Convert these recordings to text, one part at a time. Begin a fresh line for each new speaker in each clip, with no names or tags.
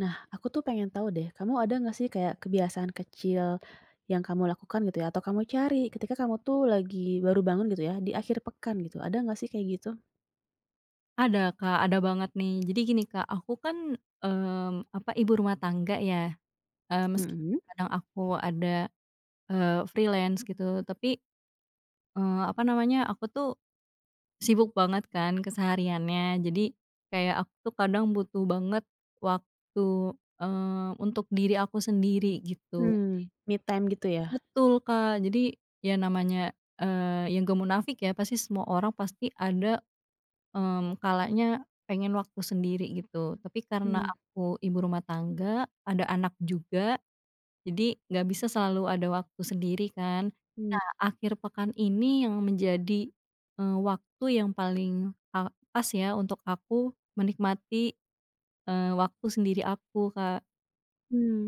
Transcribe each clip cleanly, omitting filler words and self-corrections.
Nah, aku tuh pengen tahu deh, kamu ada nggak sih kayak kebiasaan kecil yang kamu lakukan gitu ya, atau kamu cari ketika kamu tuh lagi baru bangun gitu ya, di akhir pekan gitu, ada nggak sih kayak gitu?
Ada Kak, ada banget nih. Jadi gini Kak, aku kan, apa, ibu rumah tangga ya, meski
Mhm.
kadang aku ada, freelance gitu, tapi, apa namanya, aku tuh sibuk banget kan kesehariannya. Jadi kayak aku tuh kadang butuh banget waktu, untuk diri aku sendiri gitu.
Hmm. Me time gitu ya?
Betul Kak, jadi ya namanya, ya nggak munafik ya, pasti semua orang pasti ada kalanya pengen waktu sendiri gitu, tapi karena
Hmm.
aku ibu rumah tangga, ada anak juga, jadi nggak bisa selalu ada waktu sendiri kan.
Hmm.
Nah, akhir pekan ini yang menjadi, waktu yang paling pas ya untuk aku menikmati, waktu sendiri aku, Kak.
Mmm.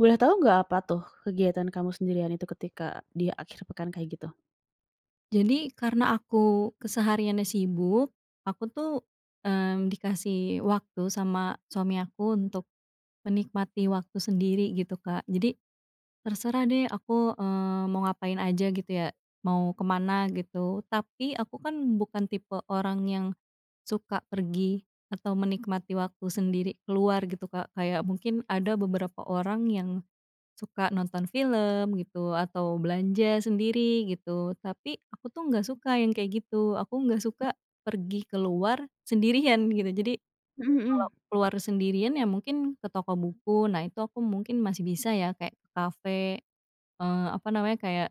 Boleh tahu nggak apa tuh kegiatan kamu sendirian itu ketika di akhir pekan kayak gitu?
Jadi karena aku kesehariannya sibuk, aku tuh, dikasih waktu sama suami aku untuk menikmati waktu sendiri gitu, Kak. Jadi terserah deh aku, mau ngapain aja gitu ya, mau kemana gitu. Tapi aku kan bukan tipe orang yang suka pergi atau menikmati waktu sendiri keluar gitu, Kak. Kayak mungkin ada beberapa orang yang suka nonton film gitu atau belanja sendiri gitu. Tapi aku tuh nggak suka yang kayak gitu, aku nggak suka pergi keluar sendirian gitu. Jadi
Mhm
kalau
mhm.
keluar sendirian ya mungkin ke toko buku, nah itu aku mungkin masih bisa ya kayak ke kafe, apa namanya, kayak,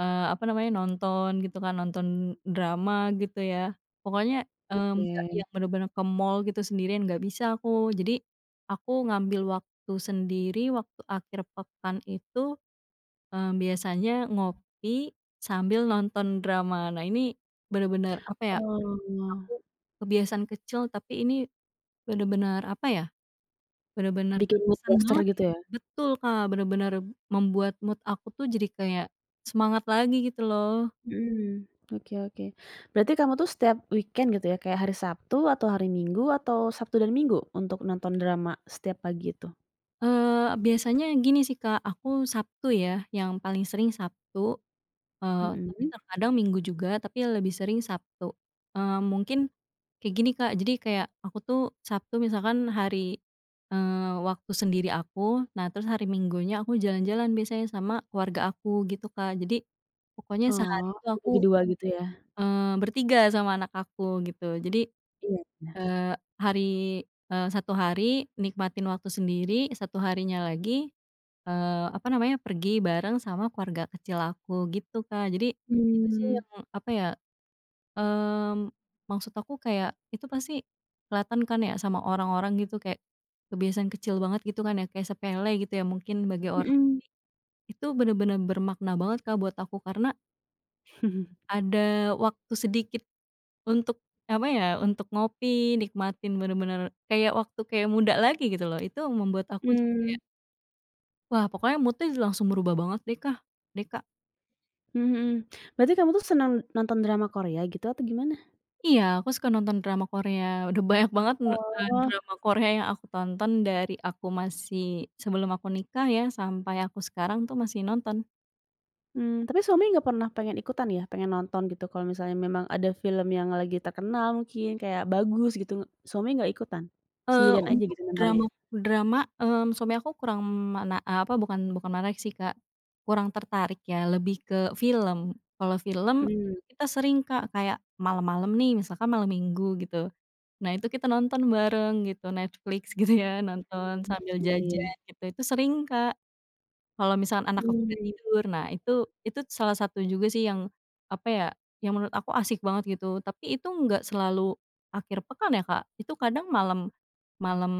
apa namanya, nonton gitu kan, nonton drama gitu ya. Pokoknya, nggak
Oke.
yang bener-bener ke mall gitu sendirian, nggak bisa aku. Jadi, aku ngambil waktu sendiri, waktu akhir pekan itu, biasanya ngopi sambil nonton drama. Nah, ini bener-bener, apa ya,
Oh,
aku kebiasaan kecil, tapi ini bener-bener, apa ya, bener-bener
bikin mood
berkesan
booster
banget
gitu
gitu.
ya?
Betul, Kak, bener-bener membuat mood aku tuh jadi kayak semangat lagi gitu loh.
Mhm. Oke oke. Berarti kamu tuh setiap weekend gitu ya, kayak hari Sabtu atau hari Minggu atau Sabtu dan Minggu untuk nonton drama setiap pagi itu?
Biasanya gini sih, Kak, aku Sabtu ya, yang paling sering Sabtu, tapi
Mhm.
terkadang Minggu juga, tapi lebih sering Sabtu. Mungkin kayak gini, Kak, jadi kayak aku tuh Sabtu misalkan hari, waktu sendiri aku, nah terus hari Minggunya aku jalan-jalan biasanya sama keluarga aku gitu, Kak. Jadi pokoknya sehari
Oh,
itu aku
bagi 2 gitu ya?
Bertiga sama anak aku gitu. Jadi,
Iya iya.
eee, hari satu hari nikmatin waktu sendiri, satu harinya lagi, apa namanya, pergi bareng sama keluarga kecil aku gitu, Kak. Jadi itu sih
Mmm.
yang apa ya, mmm, maksud aku kayak itu pasti kelihatan kan ya sama orang-orang gitu kayak kebiasaan kecil banget gitu kan ya, kayak sepele gitu ya mungkin bagi orang.
Mhm.
Itu bener-bener bermakna banget, Kak, buat aku karena ada waktu sedikit untuk apa ya, untuk ngopi, nikmatin bener-bener kayak waktu kayak muda lagi gitu loh, itu membuat aku jadi
Mmm.
kayak, wah pokoknya mood-nya langsung berubah banget deh Kak.
Mhm mhm. Berarti kamu tuh senang nonton drama Korea gitu atau gimana?
Iya, aku suka nonton drama Korea, udah banyak banget,
Oh.
drama Korea yang aku tonton dari aku masih sebelum aku nikah ya, sampai aku sekarang tuh masih nonton.
Tapi suami nggak pernah pengen ikutan ya, pengen nonton gitu kalau misalnya memang ada film yang lagi terkenal mungkin kayak bagus gitu, suami nggak ikutan? Sendirian aja
Untuk
gitu nontonnya?
drama drama, suami aku kurang apa, bukan bukan menarik sih, Kak, kurang tertarik ya, lebih ke film. Kalau film
Mmm.
itu kita sering, Kak, kayak malam-malam nih, misalkan malam Minggu gitu. Nah, itu kita nonton bareng gitu, Netflix gitu ya, nonton sambil
Iya.
jajan gitu, itu sering, Kak. Kalau misalkan anak aku udah
Mmm.
tidur, nah itu salah satu juga sih yang, apa ya, yang menurut aku asik banget gitu, tapi itu nggak selalu akhir pekan ya, Kak, itu kadang malam malam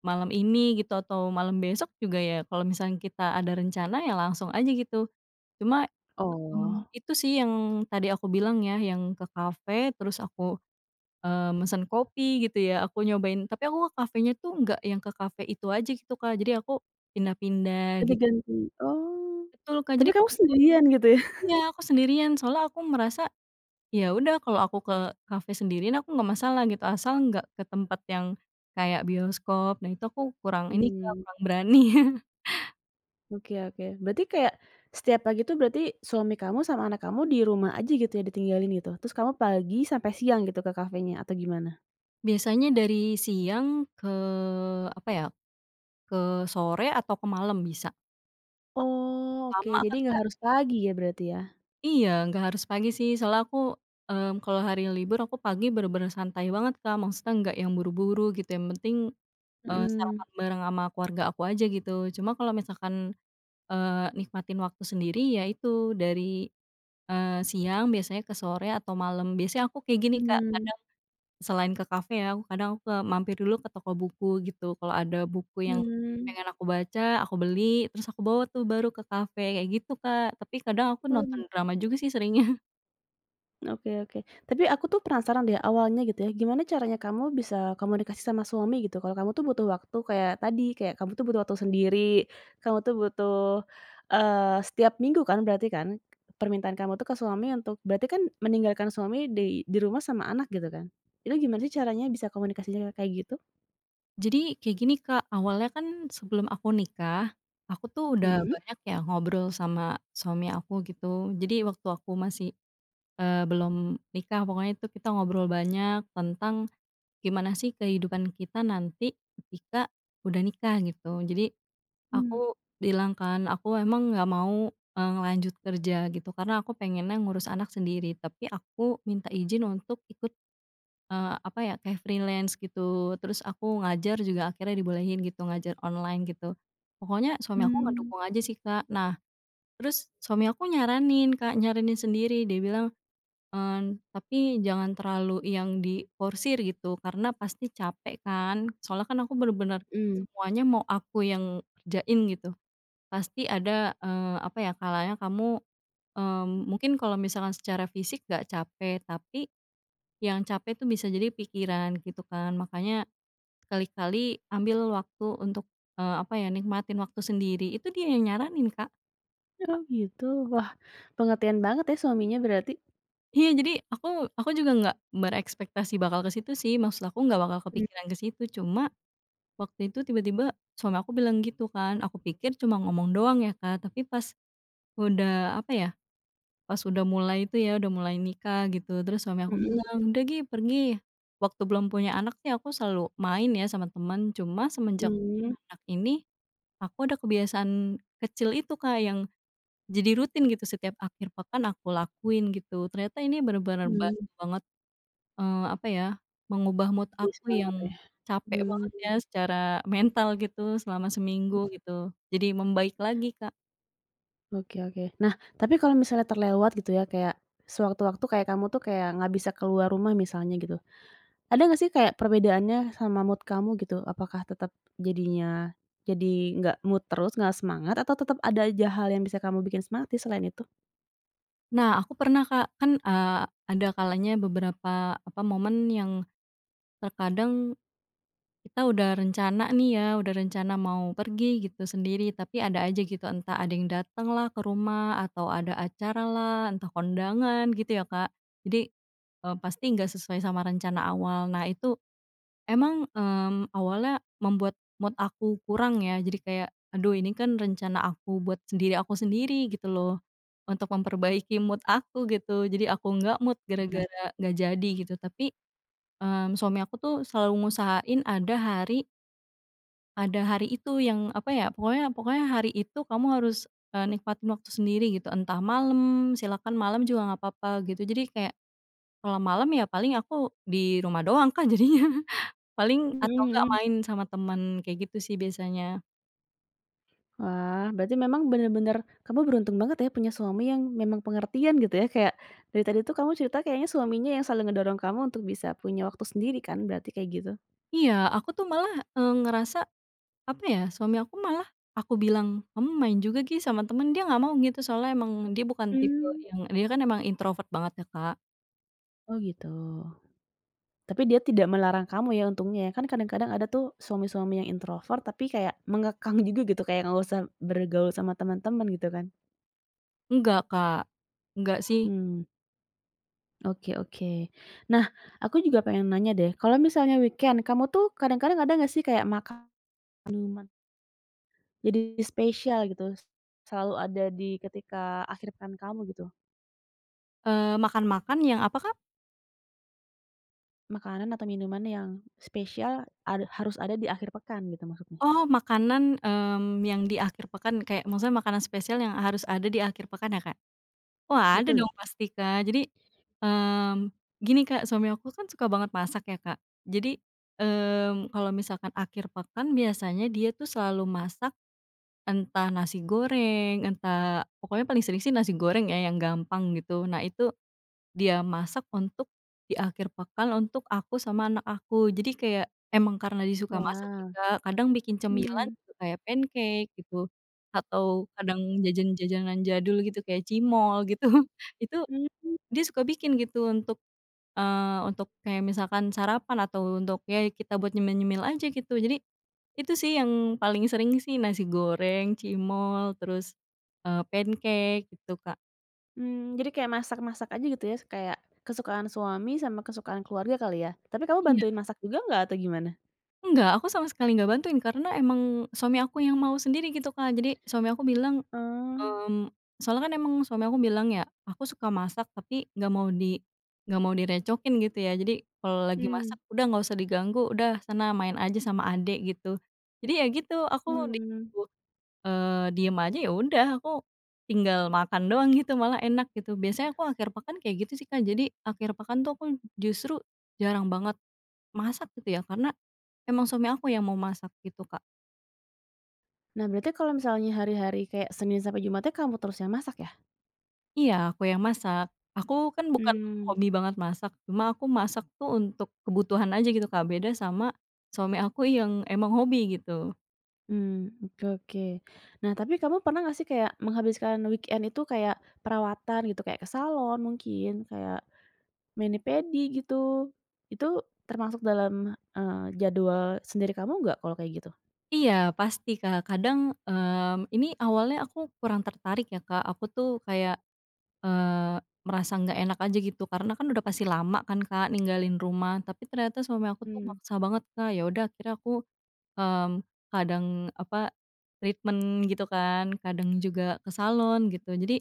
malam ini gitu atau malam besok juga ya kalau misalnya kita ada rencana ya langsung aja gitu. Cuma,
Oh.
itu sih yang tadi aku bilang ya, yang ke kafe terus aku, mesen kopi gitu ya, aku nyobain tapi aku ke kafenya tuh nggak yang ke kafe itu aja gitu, Kak, jadi aku pindah-pindah
Ganti
gitu.
ganti. Oh,
Betul, Kak,
tapi
jadi
kamu
kayak aku
sendirian gitu ya?
iya, aku sendirian soalnya aku merasa, ya udah kalau aku ke kafe sendirian aku nggak masalah gitu, asal nggak ke tempat yang kayak bioskop. Nah itu aku kurang ini, Kak,
Mmm.
kurang berani.
Oke oke. Berarti kayak setiap pagi tuh berarti suami kamu sama anak kamu di rumah aja gitu ya ditinggalin gitu? Terus kamu pagi sampai siang gitu ke kafenya atau gimana?
Biasanya dari siang ke apa ya, ke sore atau ke malam bisa.
Oh. Oke,
Lama
jadi
kan,
nggak
Kak?
harus pagi ya berarti ya?
Iya, nggak harus pagi sih soalnya aku, kalau hari libur aku pagi bener-bener santai banget, Kak, maksudnya nggak yang buru-buru gitu, yang penting,
Mhm.
sarapan bareng sama keluarga aku aja gitu. Cuma kalau misalkan nikmatin waktu sendiri ya itu dari, siang biasanya ke sore atau malam. Biasanya aku kayak gini Kak,
Mmm.
kadang selain ke kafe ya, aku kadang aku ke mampir dulu ke toko buku gitu. Kalau ada buku yang
Mmm.
pengen aku baca, aku beli, terus aku bawa tuh baru ke kafe, kayak gitu Kak. Tapi kadang aku nonton
Oh.
drama juga sih seringnya.
Oke oke. Tapi aku tuh penasaran deh awalnya gitu ya, gimana caranya kamu bisa komunikasi sama suami gitu? Kalau kamu tuh butuh waktu kayak tadi, kayak kamu tuh butuh waktu sendiri, kamu tuh butuh, eee, setiap minggu kan berarti kan, permintaan kamu tuh ke suami untuk berarti kan meninggalkan suami di rumah sama anak gitu kan? Itu gimana sih caranya bisa komunikasinya kayak gitu?
Jadi kayak gini Kak, awalnya kan sebelum aku nikah, aku tuh udah
Mhm.
banyak ya ngobrol sama suami aku gitu. Jadi waktu aku masih belum nikah pokoknya itu kita ngobrol banyak tentang gimana sih kehidupan kita nanti ketika udah nikah gitu. Jadi
Hmm.
aku bilang kan, "Aku emang nggak mau, ngelanjut kerja gitu karena aku pengennya ngurus anak sendiri, tapi aku minta izin untuk ikut, apa ya, kayak freelance gitu. Terus aku ngajar juga akhirnya dibolehin gitu, ngajar online gitu." Pokoknya suami aku
Hmm.
ngedukung aja sih, Kak. Nah, terus suami aku nyaranin Kak, nyaranin sendiri, dia bilang tapi jangan terlalu yang diporsir gitu, karena pasti capek kan. Soalnya kan aku bener-bener
Mhm.
semuanya mau aku yang kerjain gitu. Pasti ada, apa ya, kalanya kamu, mungkin kalau misalkan secara fisik nggak capek, tapi yang capek tuh bisa jadi pikiran gitu kan. Makanya sekali-kali ambil waktu untuk, apa ya, nikmatin waktu sendiri. Itu dia yang nyaranin, Kak.
Oh gitu. Wah, pengertian banget ya suaminya berarti.
Iya, jadi aku juga nggak berekspektasi bakal ke situ sih, maksud aku nggak bakal
Hmm.
kepikiran ke situ, cuma waktu itu tiba-tiba suami aku bilang gitu kan, aku pikir cuma ngomong doang ya Kak, tapi udah apa ya, pas udah mulai itu ya, udah mulai nikah gitu, terus suami aku
Mhm
bilang, "Udah gi, pergi." Waktu belum punya anak sih aku selalu main ya sama teman, cuma semenjak punya
mhm.
anak ini, aku ada kebiasaan kecil itu Kak, yang jadi rutin gitu setiap akhir pekan aku lakuin gitu. Ternyata ini benar-benar
Mmm,
bantu banget apa ya, mengubah mood
jadi
aku
semangat
yang
ya.
capek banget ya
Mmm.
secara mental gitu selama seminggu gitu, jadi membaik lagi, Kak.
Oke oke. Nah, tapi kalau misalnya terlewat gitu ya, kayak sewaktu-waktu kayak kamu tuh kayak nggak bisa keluar rumah misalnya gitu. Ada nggak sih kayak perbedaannya sama mood kamu gitu? Apakah tetap jadinya jadi nggak mood terus, nggak semangat, atau tetap ada aja hal yang bisa kamu bikin semangat sih selain itu?
Nah, aku pernah, Kak, kan, ada kalanya beberapa, apa, momen yang terkadang kita udah rencana nih ya, udah rencana mau pergi gitu sendiri, tapi ada aja gitu entah ada yang datanglah ke rumah atau ada acaralah, entah kondangan gitu ya, Kak. Jadi, pasti nggak sesuai sama rencana awal. Nah, itu emang, awalnya membuat mood aku kurang ya, jadi kayak, "Aduh ini kan rencana aku buat sendiri aku sendiri," gitu loh, untuk memperbaiki mood aku gitu, jadi aku nggak mood
Nah.
gara-gara nggak jadi gitu. Tapi, suami aku tuh selalu ngusahain ada hari itu yang apa ya, pokoknya pokoknya hari itu kamu harus, nikmatin waktu sendiri gitu, entah malam, silakan malam juga nggak apa-apa gitu. Jadi kayak kalau malam ya paling aku di rumah doang kan jadinya. Paling
Mhm
atau enggak
mhm.
main sama teman, kayak gitu sih biasanya.
Wah, berarti memang bener-bener kamu beruntung banget ya punya suami yang memang pengertian gitu ya, kayak dari tadi tuh kamu cerita kayaknya suaminya yang selalu ngedorong kamu untuk bisa punya waktu sendiri kan berarti kayak gitu?
Iya, aku tuh malah, ngerasa, apa ya, suami aku malah aku bilang, "Kamu main juga gi sama temen," dia nggak mau gitu, soalnya emang dia bukan tipe
Mmm.
yang dia kan emang introvert banget ya, Kak.
Oh gitu. Tapi dia tidak melarang kamu ya untungnya ya? Kan kadang-kadang ada tuh suami-suami yang introvert tapi kayak mengekang juga gitu, kayak nggak usah bergaul sama teman-teman gitu kan.
Enggak, Kak, enggak sih,
Hmm. Oke oke. Nah, aku juga pengen nanya deh, kalau misalnya weekend kamu tuh kadang-kadang ada nggak sih kayak makan minuman jadi spesial gitu, selalu ada di ketika akhir pekan kamu gitu?
makan-makan yang apa, Kak?
Makanan atau minuman yang spesial harus ada di akhir pekan gitu maksudnya?
Oh, makanan, yang di akhir pekan, kayak maksudnya makanan spesial yang harus ada di akhir pekan ya, Kak? Oh ada
Betul?
dong pasti Kak. Jadi, mmm, gini Kak, suami aku kan suka banget masak ya Kak. Jadi, kalau misalkan akhir pekan biasanya dia tuh selalu masak entah nasi goreng, entah pokoknya paling sering sih nasi goreng ya yang gampang gitu. Nah itu dia masak untuk di akhir pekan untuk aku sama anak aku. Jadi kayak emang karena dia suka masak sih
Wah.
Kak, kadang bikin cemilan
Hmm.
gitu kayak pancake gitu, atau kadang jajan jajanan jadul gitu kayak cimol gitu. Itu dia suka bikin gitu untuk kayak misalkan sarapan atau untuk ya kita buat nyemil-nyemil aja gitu. Jadi itu sih yang paling sering sih nasi goreng, cimol, terus, pancake gitu, Kak.
Mmm, jadi kayak masak-masak aja gitu ya, kayak kesukaan suami sama kesukaan keluarga kali ya? Tapi kamu
Iya.
bantuin masak juga nggak atau gimana?
Enggak, aku sama sekali nggak bantuin karena emang suami aku yang mau sendiri gitu, Kak. Jadi suami aku bilang
Oh.
Soalnya kan emang suami aku bilang ya, "Aku suka masak tapi nggak mau direcokin," gitu ya. Jadi kalau lagi
Mmm.
masak, "Udah nggak usah diganggu, udah sana main aja sama adik," gitu. Jadi ya gitu, aku
Mmm.
disuruh, diem aja, ya udah aku tinggal makan doang gitu, malah enak gitu. Biasanya aku akhir pekan kayak gitu sih, Kak. Jadi akhir pekan tuh aku justru jarang banget masak gitu ya, karena emang suami aku yang mau masak gitu, Kak.
Nah, berarti kalau misalnya hari-hari kayak Senin sampai Jumatnya kamu terus yang masak ya?
Iya, aku yang masak. Aku kan bukan
Mmm.
hobi banget masak, cuma aku masak tuh untuk kebutuhan aja gitu, Kak, beda sama suami aku yang emang hobi gitu.
Mmm. Oke oke. Nah, tapi kamu pernah nggak sih kayak menghabiskan weekend itu kayak perawatan gitu, kayak ke salon mungkin, kayak mani-pedi gitu? Itu termasuk dalam, jadwal sendiri kamu nggak kalau kayak gitu?
Iya, pasti, Kak. Kadang, ini awalnya aku kurang tertarik ya, Kak, aku tuh kayak, eee, merasa nggak enak aja gitu, karena kan udah pasti lama kan, Kak, ninggalin rumah, tapi ternyata suami aku tuh
Mmm.
maksa banget, Kak. Ya udah akhirnya aku, mmm, kadang, apa, treatment gitu kan, kadang juga ke salon gitu. Jadi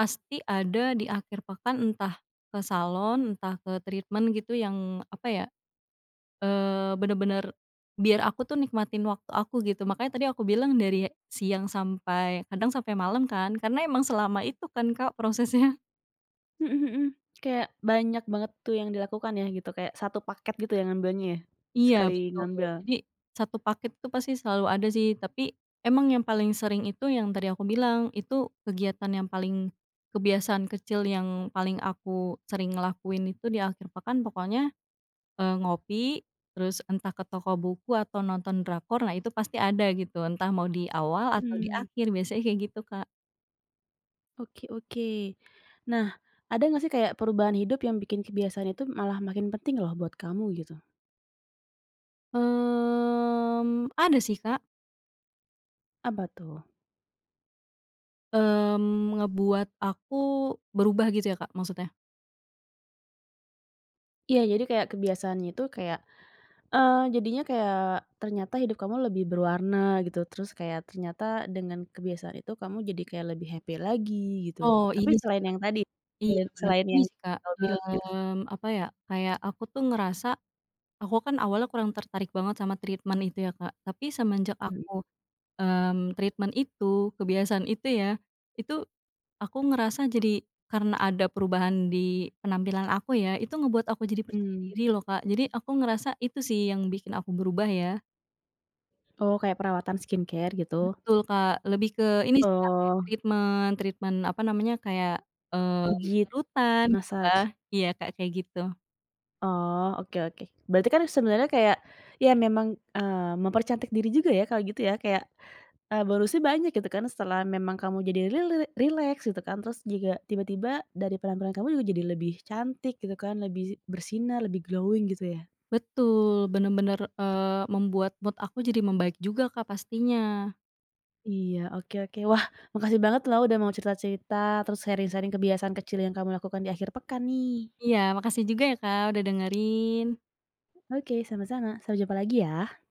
pasti ada di akhir pekan entah ke salon, entah ke treatment gitu yang apa ya, bener-bener biar aku tuh nikmatin waktu aku gitu. Makanya tadi aku bilang dari siang sampai kadang sampai malam kan, karena emang selama itu kan Kak prosesnya.
Mhm mhm. Mhm. Kayak banyak banget tuh yang dilakukan ya gitu, kayak satu paket gitu ya ngambilnya ya?
Iya
Sekali
betul.
ngambil.
Jadi satu paket tuh pasti selalu ada sih, tapi emang yang paling sering itu yang tadi aku bilang, itu kegiatan yang paling kebiasaan kecil yang paling aku sering ngelakuin itu di akhir pekan pokoknya ngopi, terus entah ke toko buku atau nonton drakor, nah itu pasti ada gitu, entah mau di awal atau di
Mmm.
akhir, biasanya kayak gitu, Kak.
Oke oke. Nah, ada nggak sih kayak perubahan hidup yang bikin kebiasaan itu malah makin penting loh buat kamu gitu?
Ada sih, Kak,
Apa tuh?
ngebuat aku berubah gitu ya, Kak, maksudnya?
Iya, jadi kayak kebiasaannya itu kayak, jadinya kayak ternyata hidup kamu lebih berwarna gitu, terus kayak ternyata dengan kebiasaan itu kamu jadi kayak lebih happy lagi gitu.
Oh,
Tapi
ini sih,
selain
Kak
yang tadi,
iya,
selain
bener,
selain
ini
yang
sih, Kak,
kau bilang gitu?
apa ya, kayak aku tuh ngerasa aku kan awalnya kurang tertarik banget sama treatment itu ya, Kak, tapi semenjak aku, treatment itu, kebiasaan itu ya, itu aku ngerasa jadi karena ada perubahan di penampilan aku ya, itu ngebuat aku jadi percaya
Mhm.
diri loh, Kak. Jadi aku ngerasa itu sih yang bikin aku berubah ya.
Oh, kayak perawatan skincare gitu?
Betul, Kak, lebih ke ini sih, Kak, kayak
Oh,
treatment treatment apa namanya, kayak, eee,
pijit,
larutan gitu
massage?
lah. Iya, Kak, kayak gitu.
Oh. Oke oke. Berarti kan sebenarnya kayak, ya memang, mempercantik diri juga ya kalau gitu ya? Kayak, bonusnya banyak gitu kan setelah memang kamu jadi rileks gitu kan, terus juga tiba-tiba dari penampilan kamu juga jadi lebih cantik gitu kan, lebih bersinar, lebih glowing gitu ya?
Betul, bener-bener, membuat mood aku jadi membaik juga, Kak, pastinya.
Iya, oke oke. Wah, makasih banget loh udah mau cerita-cerita, terus sharing-sharing kebiasaan kecil yang kamu lakukan di akhir pekan nih.
Iya, makasih juga ya, Kak, udah dengerin.
Oke, sama-sama. Sampai jumpa lagi ya.